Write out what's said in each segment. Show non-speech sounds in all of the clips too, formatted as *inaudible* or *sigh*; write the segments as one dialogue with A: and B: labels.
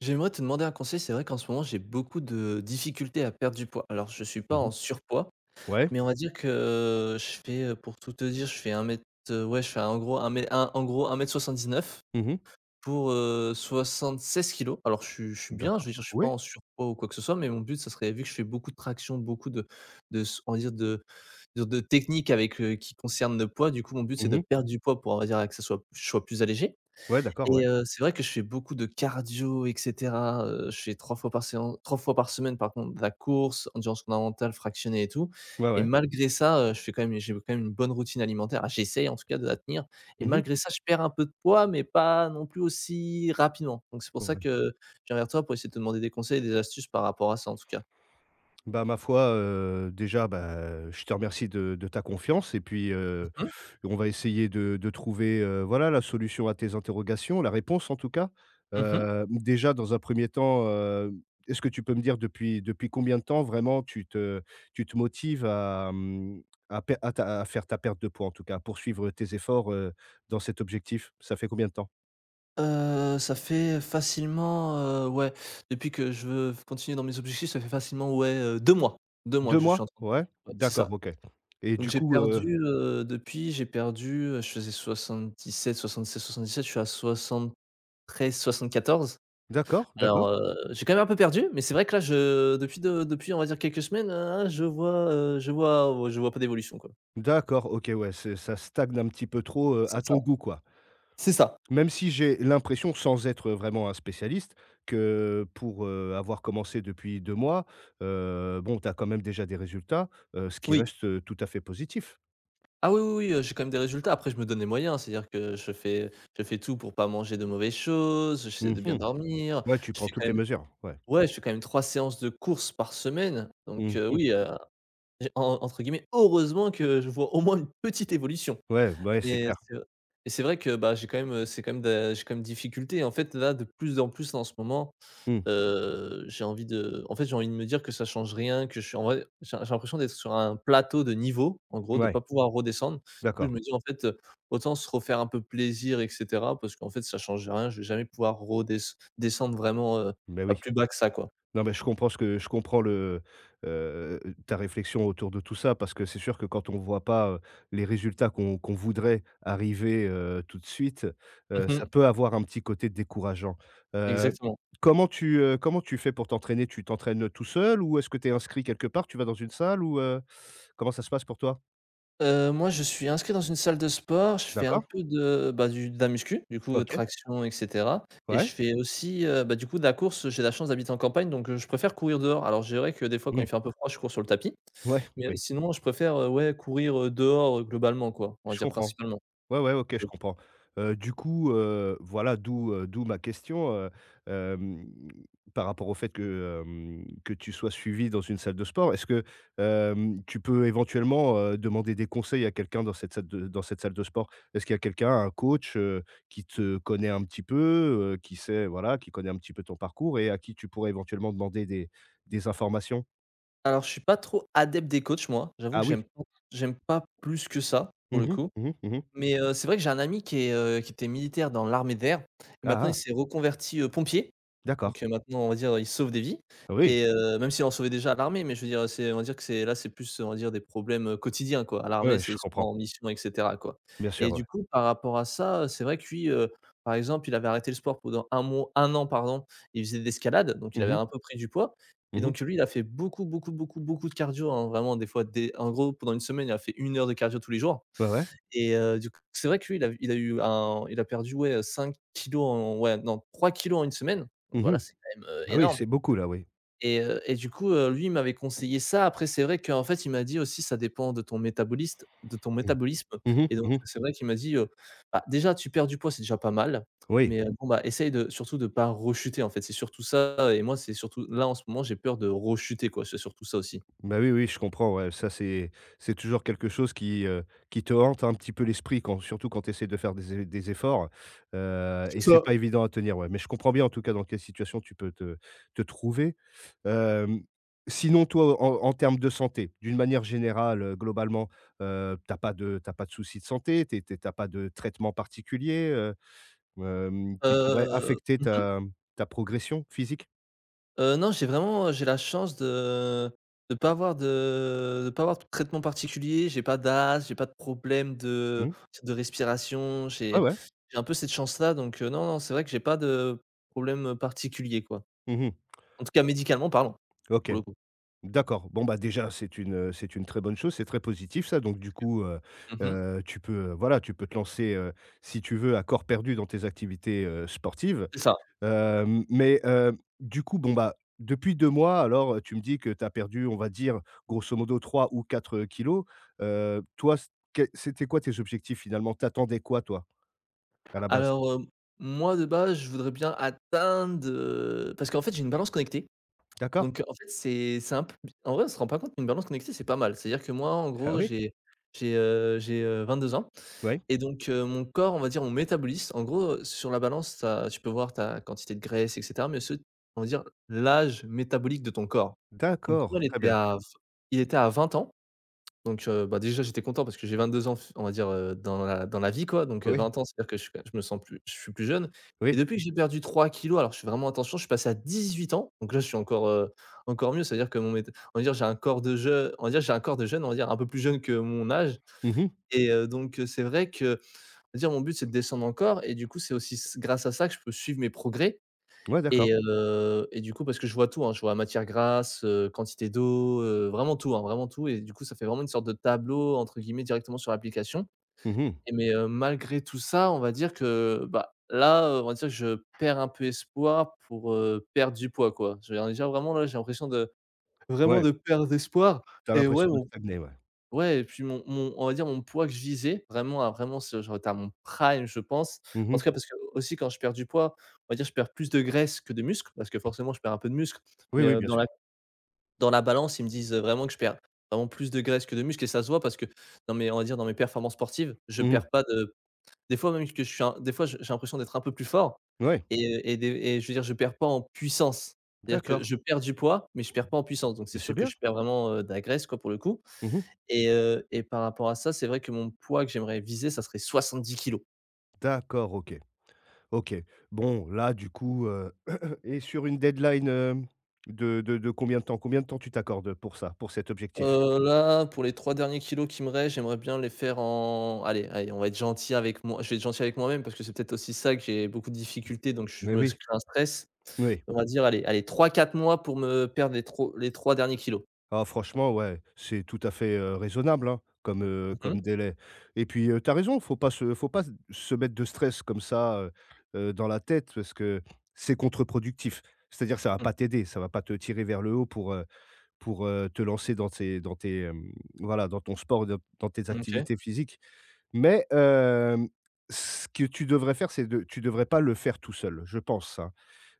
A: J'aimerais te demander un conseil. C'est vrai qu'en ce moment, j'ai beaucoup de difficultés à perdre du poids. Alors, je suis pas
B: Mmh mh.
A: en surpoids,
B: Ouais.
A: mais on va dire que je fais, pour tout te dire, je fais un mètre. Heu, ouais, je fais en gros un mètre, un en gros un mètre 79
B: Mmh mh.
A: pour, 76 kilos. Alors je suis bien, je
B: D'accord.
A: veux dire, je suis pas
B: Oui.
A: en surpoids ou quoi que ce soit, mais mon but, ça serait vu que je fais beaucoup de traction, beaucoup de s on va dire de de techniques avec, qui concernent le poids. Du coup, mon but, c'est
B: Mmh
A: de
B: mh.
A: perdre du poids pour, on va dire, que ça soit je sois plus allégé.
B: Ouais, d'accord, ouais.
A: Et c'est vrai que je fais beaucoup de cardio et cetera, je fais 3 fois par semaine par contre de la course, endurance fondamentale, fractionnée et tout,
B: Ouais,
A: et
B: ouais.
A: malgré ça, je fais quand même j'ai quand même une bonne routine alimentaire. Ah, j'essaye en tout cas de la tenir, et
B: Mmh mh.
A: malgré ça, je perds un peu de poids, mais pas non plus aussi rapidement. Donc c'est pour
B: Bon,
A: ça
B: ouais.
A: que je viens vers toi pour essayer de te demander des conseils et des astuces par rapport à ça en tout cas.
B: Bah, ma foi, déjà, bah, je te remercie de ta confiance et puis,
A: Mmh mh.
B: on va essayer de trouver, voilà, la solution à tes interrogations, la réponse en tout cas.
A: Mmh mh.
B: Déjà dans un premier temps, est-ce que tu peux me dire depuis combien de temps vraiment tu te motives à, à per à ta à faire ta perte de poids en tout cas, à poursuivre tes efforts, dans cet objectif? Ça fait combien de temps?
A: Ça fait facilement, heu, ouais, depuis que je veux continuer dans mes objectifs, ça fait facilement, 2 mois, 2 mois
B: 2
A: que je suis
B: mois?
A: en train de...
B: Ouais,
A: Ouais, c'est
B: d'accord,
A: ça.
B: OK, et
A: Donc
B: du
A: j'ai
B: coup,
A: perdu, j'ai perdu, je faisais 77-76-77, je suis à 73-74.
B: d'accord, d'accord,
A: Alors, j'ai quand même un peu perdu, mais c'est vrai que là, je depuis de depuis, on va dire, quelques semaines, je vois pas d'évolution, quoi.
B: d'accord, OK, ouais, c'est ça stagne un petit peu trop, à
A: C'est ça,
B: ton goût, quoi.
A: c'est ça,
B: Même si j'ai l'impression, sans être, vraiment un spécialiste, que pour, avoir commencé depuis 2 mois, bon, tu as quand même déjà des résultats, ce qui
A: oui.
B: reste, tout à fait positif.
A: Ah oui, oui, oui, j'ai quand même des résultats. Après, je me donne les moyens, c'est-à-dire que je fais tout pour pas manger de mauvaises choses, j'essaie
B: Mmh
A: de bien
B: mh.
A: dormir.
B: Ouais, tu
A: Je
B: prends
A: fais quand
B: toutes les
A: même
B: mesures, ouais.
A: ouais, je fais quand même 3 séances de course par semaine, donc,
B: Mmh mh.
A: oui, j'ai, en entre guillemets, «heureusement» que je vois au moins une petite évolution.
B: Ouais, bah, ouais, c'est
A: Mais
B: clair.
A: c'est v mais c'est vrai que, bah, j'ai quand même, c'est quand même de j'ai quand même difficulté. En fait, là, de plus en plus, là, en ce moment,
B: Mmh.
A: j'ai envie de en fait, j'ai envie de me dire que ça change rien, que je suis en vrai, j'ai l'impression d'être sur un plateau de niveau, en gros, de
B: Ouais,
A: pas pouvoir redescendre. Du coup,
B: d'accord.
A: je me dis, en fait, autant se refaire un peu plaisir et cetera parce qu'en fait, ça change rien, je vais jamais pouvoir redesc descendre vraiment,
B: Beh,
A: bah,
B: oui.
A: plus bas que ça, quoi.
B: Non, mais je comprends ce que je comprends le, heu, ta réflexion autour de tout ça, parce que c'est sûr que quand on voit pas, les résultats qu'on voudrait arriver, tout de suite,
A: Mmh
B: ça
A: mh.
B: peut avoir un petit côté décourageant. Heu,
A: Exactement.
B: Comment tu fais pour t'entraîner? Tu t'entraînes tout seul, ou est-ce que tu es inscrit quelque part? Tu vas dans une salle ou, comment ça se passe pour toi?
A: Moi, je suis inscrit dans une salle de sport, je fais un
B: D'accord.
A: peu de, bah, du de la muscu, du coup,
B: OK.
A: traction et cetera, et je
B: Ouais,
A: fais aussi, de la course. J'ai la chance d'habiter en campagne, donc je préfère courir dehors. Alors, je dirais que des fois, quand
B: mmh,
A: il fait un peu froid, je cours sur le tapis,
B: ouais,
A: mais
B: oui,
A: sinon, je préfère, courir, dehors, globalement, quoi, on va
B: je
A: dire
B: comprends.
A: principalement.
B: Ouais, ouais, OK, je comprends. Du coup, voilà, d'où, d'où ma question, hem, par rapport au fait que, que tu sois suivi dans une salle de sport. Est-ce que, tu peux éventuellement, demander des conseils à quelqu'un dans cette salle de dans cette salle de sport? Est-ce qu'il y a quelqu'un, un coach, qui te connaît un petit peu, qui sait, voilà, qui connaît un petit peu ton parcours et à qui tu pourrais éventuellement demander des informations?
A: Alors, je suis pas trop adepte des coachs, moi. J'avoue
B: Ah,
A: que
B: oui.
A: j'aime pas plus que ça, pour
B: Mmh
A: le
B: mh.
A: coup,
B: Mmh. Mmh.
A: mais c'est vrai que j'ai un ami qui est, qui était militaire dans l'armée d'air, et
B: Ah,
A: maintenant il
B: ah,
A: s'est reconverti, pompier.
B: d'accord.
A: Donc maintenant, on va dire, ils sauvent des vies,
B: Ah, oui,
A: et même s'ils en sauvaient déjà à l'armée, mais je veux dire, c'est on va dire que c'est là, c'est plus, on va dire, des problèmes, quotidiens, quoi. À
B: ouais,
A: l'armée,
B: ouais, je
A: c'est
B: comprends.
A: souvent en mission et cetera, quoi,
B: Bien sûr,
A: et
B: ouais.
A: du coup, par rapport à ça, c'est vrai que lui, par exemple, il avait arrêté le sport pendant un an, pardon, il faisait de l'escalade, donc il
B: Mmh
A: avait
B: mh.
A: un peu pris du poids, et
B: Mmh.
A: donc lui, il a fait beaucoup, beaucoup, beaucoup, beaucoup de cardio, hein, vraiment des fois des en gros, pendant une semaine, il a fait une heure de cardio tous les jours.
B: Ouais, ouais.
A: Et du coup, c'est vrai que lui, il a perdu, ouais, 5 kilos en ouais, non, 3 kilos en une semaine. Donc
B: Mmh mh.
A: voilà, c'est quand même,
B: Ah oui,
A: énorme.
B: c'est beaucoup là, oui.
A: Et du coup, lui, il m'avait conseillé ça. Après, c'est vrai qu'en fait, il m'a dit aussi: «Ça dépend de ton métaboliste de ton
B: Mmh.
A: métabolisme».
B: Mmh mh,
A: Et donc
B: mmh mh.
A: c'est vrai qu'il m'a dit, «Bah, déjà, tu perds du poids, c'est déjà pas mal,
B: Oui,
A: mais bon, bah, essaye de surtout de pas rechuter, en fait». C'est surtout ça, et moi, c'est surtout là, en ce moment, j'ai peur de rechuter, quoi. C'est surtout ça aussi.
B: bah, oui, oui, je comprends, ouais, ça, c'est toujours quelque chose qui te hante un petit peu l'esprit quand, surtout quand tu essaies de faire des efforts, et
A: C'est
B: c'est
A: ça.
B: pas évident à tenir, ouais. Mais je comprends bien en tout cas dans quelle situation tu peux te trouver. Hem, Sinon toi, en termes de santé, d'une manière générale, globalement, tu as pas de soucis de santé? Tu as pas de traitement particulier? Qui pourrait
A: Heu,
B: affecter
A: mmh
B: ta progression physique?
A: Non, j'ai vraiment, j'ai la chance de de pas avoir de traitement particulier. J'ai pas d'asthme, j'ai pas de problème de
B: Mmh.
A: respiration.
B: Ouais, ouais.
A: J'ai un peu cette chance-là, donc non, non, c'est vrai que j'ai pas de problème, particulier, quoi.
B: Mmh.
A: En tout cas, médicalement parlant,
B: OK.
A: pour le coup.
B: D'accord. Bon, bah, déjà, c'est une, très bonne chose, c'est très positif ça. Donc du coup,
A: Parce mmh
B: voilà, tu peux te lancer, si tu veux, à corps perdu dans tes activités, sportives.
A: C'est ça.
B: Mais, du coup, bon, bah, depuis 2 mois, alors, tu me dis que tu as perdu, on va dire, grosso modo 3 ou 4 kilos. Toi, c que c'était quoi tes objectifs finalement? T'attendais quoi toi, à la base?
A: Alors, moi, de base, je voudrais bien atteindre, parce qu'en fait, j'ai une balance connectée,
B: D'accord.
A: donc en fait, c'est un peu... En vrai, on se rend pas compte, mais une balance connectée, c'est pas mal. C'est-à-dire que moi, en
B: Ah
A: gros,
B: oui?
A: j'ai 22 ans.
B: Ouais.
A: Et donc, mon corps, on va dire, mon métabolisme, en gros, sur la balance, tu peux voir ta quantité de graisse et cetera, mais aussi, on va dire, l'âge métabolique de ton corps. Mon
B: D'accord,
A: corps,
B: très bien.
A: il était à 20 ans, donc bah, déjà, j'étais content parce que j'ai 22 ans, on va dire, dans la vie, quoi, donc
B: Oui,
A: 20 ans, c'est-à-dire que je me sens plus je suis plus jeune. Et
B: oui.
A: depuis que j'ai perdu 3 kilos, alors je fais vraiment attention, je suis passé à 18 ans, donc là, je suis encore, encore mieux. C'est-à-dire que mon mét On va dire, j'ai un corps de jeu on va dire, j'ai un corps de jeune, on va dire, un peu plus jeune que mon âge.
B: Mmh.
A: Et c'est vrai que... c'est-à-dire mon but, c'est de descendre encore, et du coup, c'est aussi s grâce à ça que je peux suivre mes progrès.
B: Ouais, d'accord.
A: Et du coup, parce que je vois tout, hein, je vois matière grasse, quantité d'eau, vraiment tout, hein, vraiment tout, et du coup, ça fait vraiment une sorte de «tableau» entre guillemets directement sur l'application.
B: Mmh.
A: Malgré tout ça, on va dire que, bah, là, on va dire que je perds un peu espoir pour, perdre du poids, quoi. Je veux dire, vraiment là, j'ai l'impression de vraiment
B: Ouais,
A: de perdre espoir.
B: tu as
A: Et ouais,
B: l'impression de stagner, ouais.
A: ouais, et puis mon mon on va dire mon poids que je visais vraiment à... vraiment ce genre à mon prime, je pense. En
B: Mmh.
A: tout cas, parce que aussi quand je perds du poids, on va dire je perds plus de graisse que de muscle parce que forcément je perds un peu de muscle,
B: Oui,
A: mais,
B: oui, bien sûr.
A: dans la balance ils me disent, vraiment que je perds vraiment plus de graisse que de muscle, et ça se voit parce que dans mes on va dire dans mes performances sportives, je
B: Mmh.
A: perds pas de... des fois même que je suis un des fois j'ai l'impression d'être un peu plus fort,
B: Ouais,
A: et je veux dire je perds pas en puissance. C'est-à-dire que
B: d'accord.
A: je perds du poids, mais je perds pas en puissance, donc c'est
B: Mais c'est
A: sûr que
B: bien.
A: je perds vraiment, de la graisse quoi pour le coup.
B: Mmh.
A: Et par rapport à ça, c'est vrai que mon poids que j'aimerais viser, ça serait 70 kg.
B: D'accord, OK, OK. Bon, là, du coup, *clears throat* et sur une deadline, de combien de temps? Combien de temps tu t'accordes pour ça, pour cet objectif?
A: Là, pour les 3 derniers kilos qui me restent, j'aimerais bien les faire en... on va être gentil avec moi, je vais être gentil avec moi-même parce que c'est peut-être aussi ça que j'ai beaucoup de difficultés, donc je
B: Mais
A: me
B: oui,
A: crée un stress.
B: oui.
A: On va dire, allez allez trois quatre mois pour me perdre les 3 derniers kilos.
B: Ah franchement, ouais, c'est tout à fait, raisonnable, hein, comme,
A: Mmh mh.
B: délai, et puis, tu raison, faut pas se faut pas s se mettre de stress comme ça, dans la tête, parce que c'est contre-productif. C'est-à-dire, ça va
A: Mmh.
B: pas t'aider, ça va pas te tirer vers le haut pour, te lancer voilà, dans ton sport, dans tes
A: OK.
B: activités physiques, mais ce que tu devrais faire, c'est, de tu devrais pas le faire tout seul, je pense ça.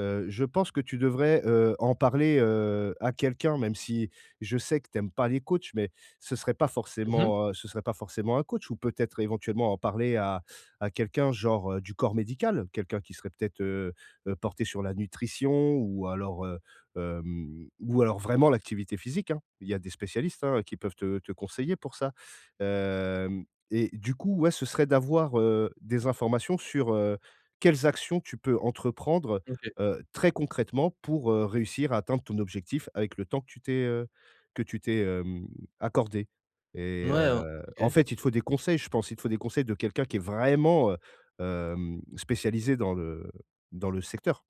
B: Je pense que tu devrais, en parler, à quelqu'un. Même si je sais que tu aimes pas les coachs, mais ce serait pas
A: Mmh mh.
B: forcément, un coach, ou peut-être éventuellement en parler à quelqu'un genre, du corps médical, quelqu'un qui serait peut-être, porté sur la nutrition, ou alors, vraiment l'activité physique, hein. Il y a des spécialistes, hein, qui peuvent te conseiller pour ça. Hem Et du coup, ouais, ce serait d'avoir, des informations sur, quelles actions tu peux entreprendre,
A: OK.
B: très concrètement, pour réussir à atteindre ton objectif avec le temps que tu t'es, que tu t'es, hem, accordé, et
A: Ouais,
B: en
A: OK.
B: fait, il te faut des conseils, je pense. Il te faut des conseils de quelqu'un qui est vraiment, spécialisé dans le secteur.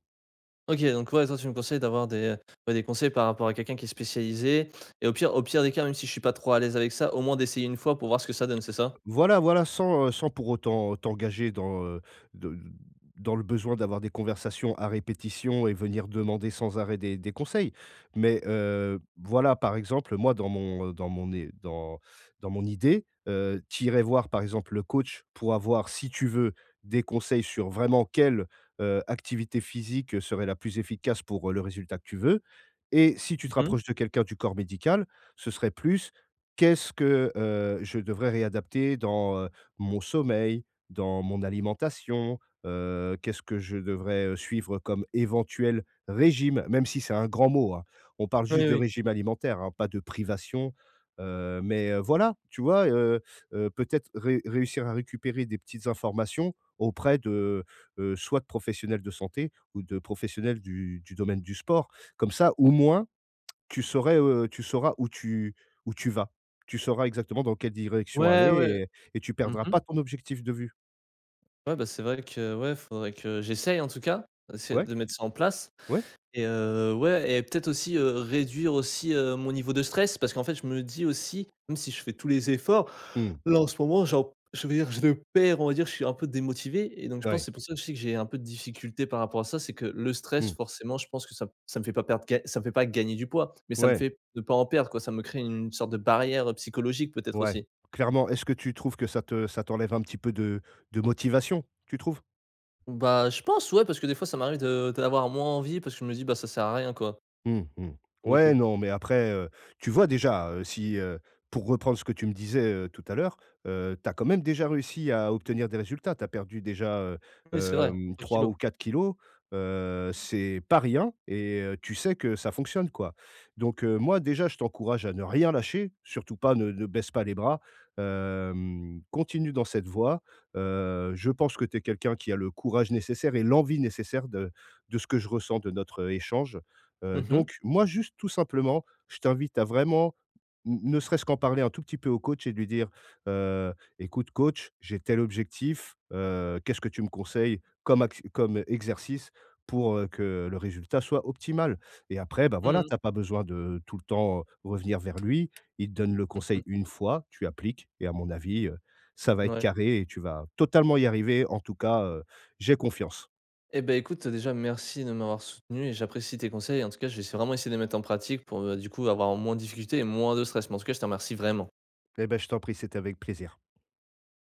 A: OK, donc ouais, toi, tu me conseilles d'avoir des... ouais, des conseils par rapport à quelqu'un qui est spécialisé, et au pire des cas, même si je suis pas trop à l'aise avec ça, au moins d'essayer une fois pour voir ce que ça donne, c'est ça?
B: Voilà, voilà, sans, pour autant t'engager dans, de dans le besoin d'avoir des conversations à répétition et venir demander sans arrêt des conseils. Mais, voilà, par exemple, moi dans mon é dans dans mon idée, tu voir par exemple le coach pour avoir, si tu veux, des conseils sur vraiment quelle, activité physique serait la plus efficace pour, le résultat que tu veux. Et si tu te
A: Mmh.
B: rapproches de quelqu'un du corps médical, ce serait plus : « Qu'est-ce que, je devrais réadapter dans, mon sommeil, dans mon alimentation? Qu'est-ce que je devrais, suivre comme éventuel régime ? » Même si c'est un grand mot, hein. On parle
A: Oui,
B: juste de
A: oui.
B: régime alimentaire, hein, pas de privation, mais, voilà, tu vois? Peut-être ré réussir à récupérer des petites informations auprès de, soit de professionnels de santé, ou de professionnels du domaine du sport. Comme ça, au moins tu sauras où tu vas. Tu sauras exactement dans quelle direction aller,
A: Ouais, ouais.
B: et tu perdras
A: Mmh.
B: pas ton objectif de vue.
A: Ouais, bah, c'est vrai que ouais, faudrait que j'essaye en tout cas, essayer
B: Ouais,
A: de mettre ça en place.
B: ouais.
A: Et ouais, et peut-être aussi, réduire aussi, mon niveau de stress, parce qu'en fait, je me dis aussi, même si je fais tous les efforts,
B: Mmh,
A: là, en ce moment, genre, je veux dire, je le perds, on va dire, je suis un peu démotivé, et donc je pense que
B: ouais,
A: c'est pour ça aussi que j'ai un peu de difficulté par rapport à ça, c'est que le stress
B: mmh,
A: forcément, je pense que ça me fait pas gagner du poids, mais ça me
B: ouais,
A: fait ne pas en perdre quoi, ça me crée une sorte de barrière, psychologique peut-être
B: ouais.
A: aussi?
B: Clairement, est-ce que tu trouves que ça t'enlève un petit peu de motivation, tu trouves?
A: Bah, je pense ouais, parce que des fois ça m'arrive de d'avoir moins envie parce que je me dis: «Bah, ça sert à rien quoi»,
B: Mmh mh.
A: pour le
B: Ouais,
A: coup.
B: non, mais après, tu vois déjà, si, pour reprendre ce que tu me disais, tout à l'heure, tu as quand même déjà réussi à obtenir des résultats. Tu as perdu déjà,
A: Oui, c'est vrai, trois
B: 3 ou
A: kilos.
B: 4 kilos, c'est pas rien, et tu sais que ça fonctionne, quoi. Donc moi déjà, je t'encourage à ne rien lâcher, surtout pas, ne baisse pas les bras, continue dans cette voie, je pense que tu es quelqu'un qui a le courage nécessaire et l'envie nécessaire, de ce que je ressens de notre échange.
A: Mmh mh.
B: Donc moi, juste, tout simplement, je t'invite à vraiment, n ne serait-ce qu'en parler un tout petit peu au coach et de lui dire : « «Heu, Écoute coach, j'ai tel objectif, qu'est-ce que tu me conseilles comme exercice pour, que le résultat soit optimal ? » Et après, bah, voilà,
A: Mmh.
B: tu as pas besoin de tout le temps revenir vers lui. Il te donne le conseil
A: Mmh.
B: une fois, tu appliques, et à mon avis, ça va être
A: Ouais.
B: carré et tu vas totalement y arriver. En tout cas, j'ai confiance.
A: Eh ben écoute, déjà, merci de m'avoir soutenu et j'apprécie tes conseils. En tout cas, je vais vraiment essayer de les mettre en pratique pour, du coup, avoir moins de difficultés et moins de stress. Mais en tout cas, je te remercie vraiment.
B: Eh ben, je t'en prie, c'était avec plaisir.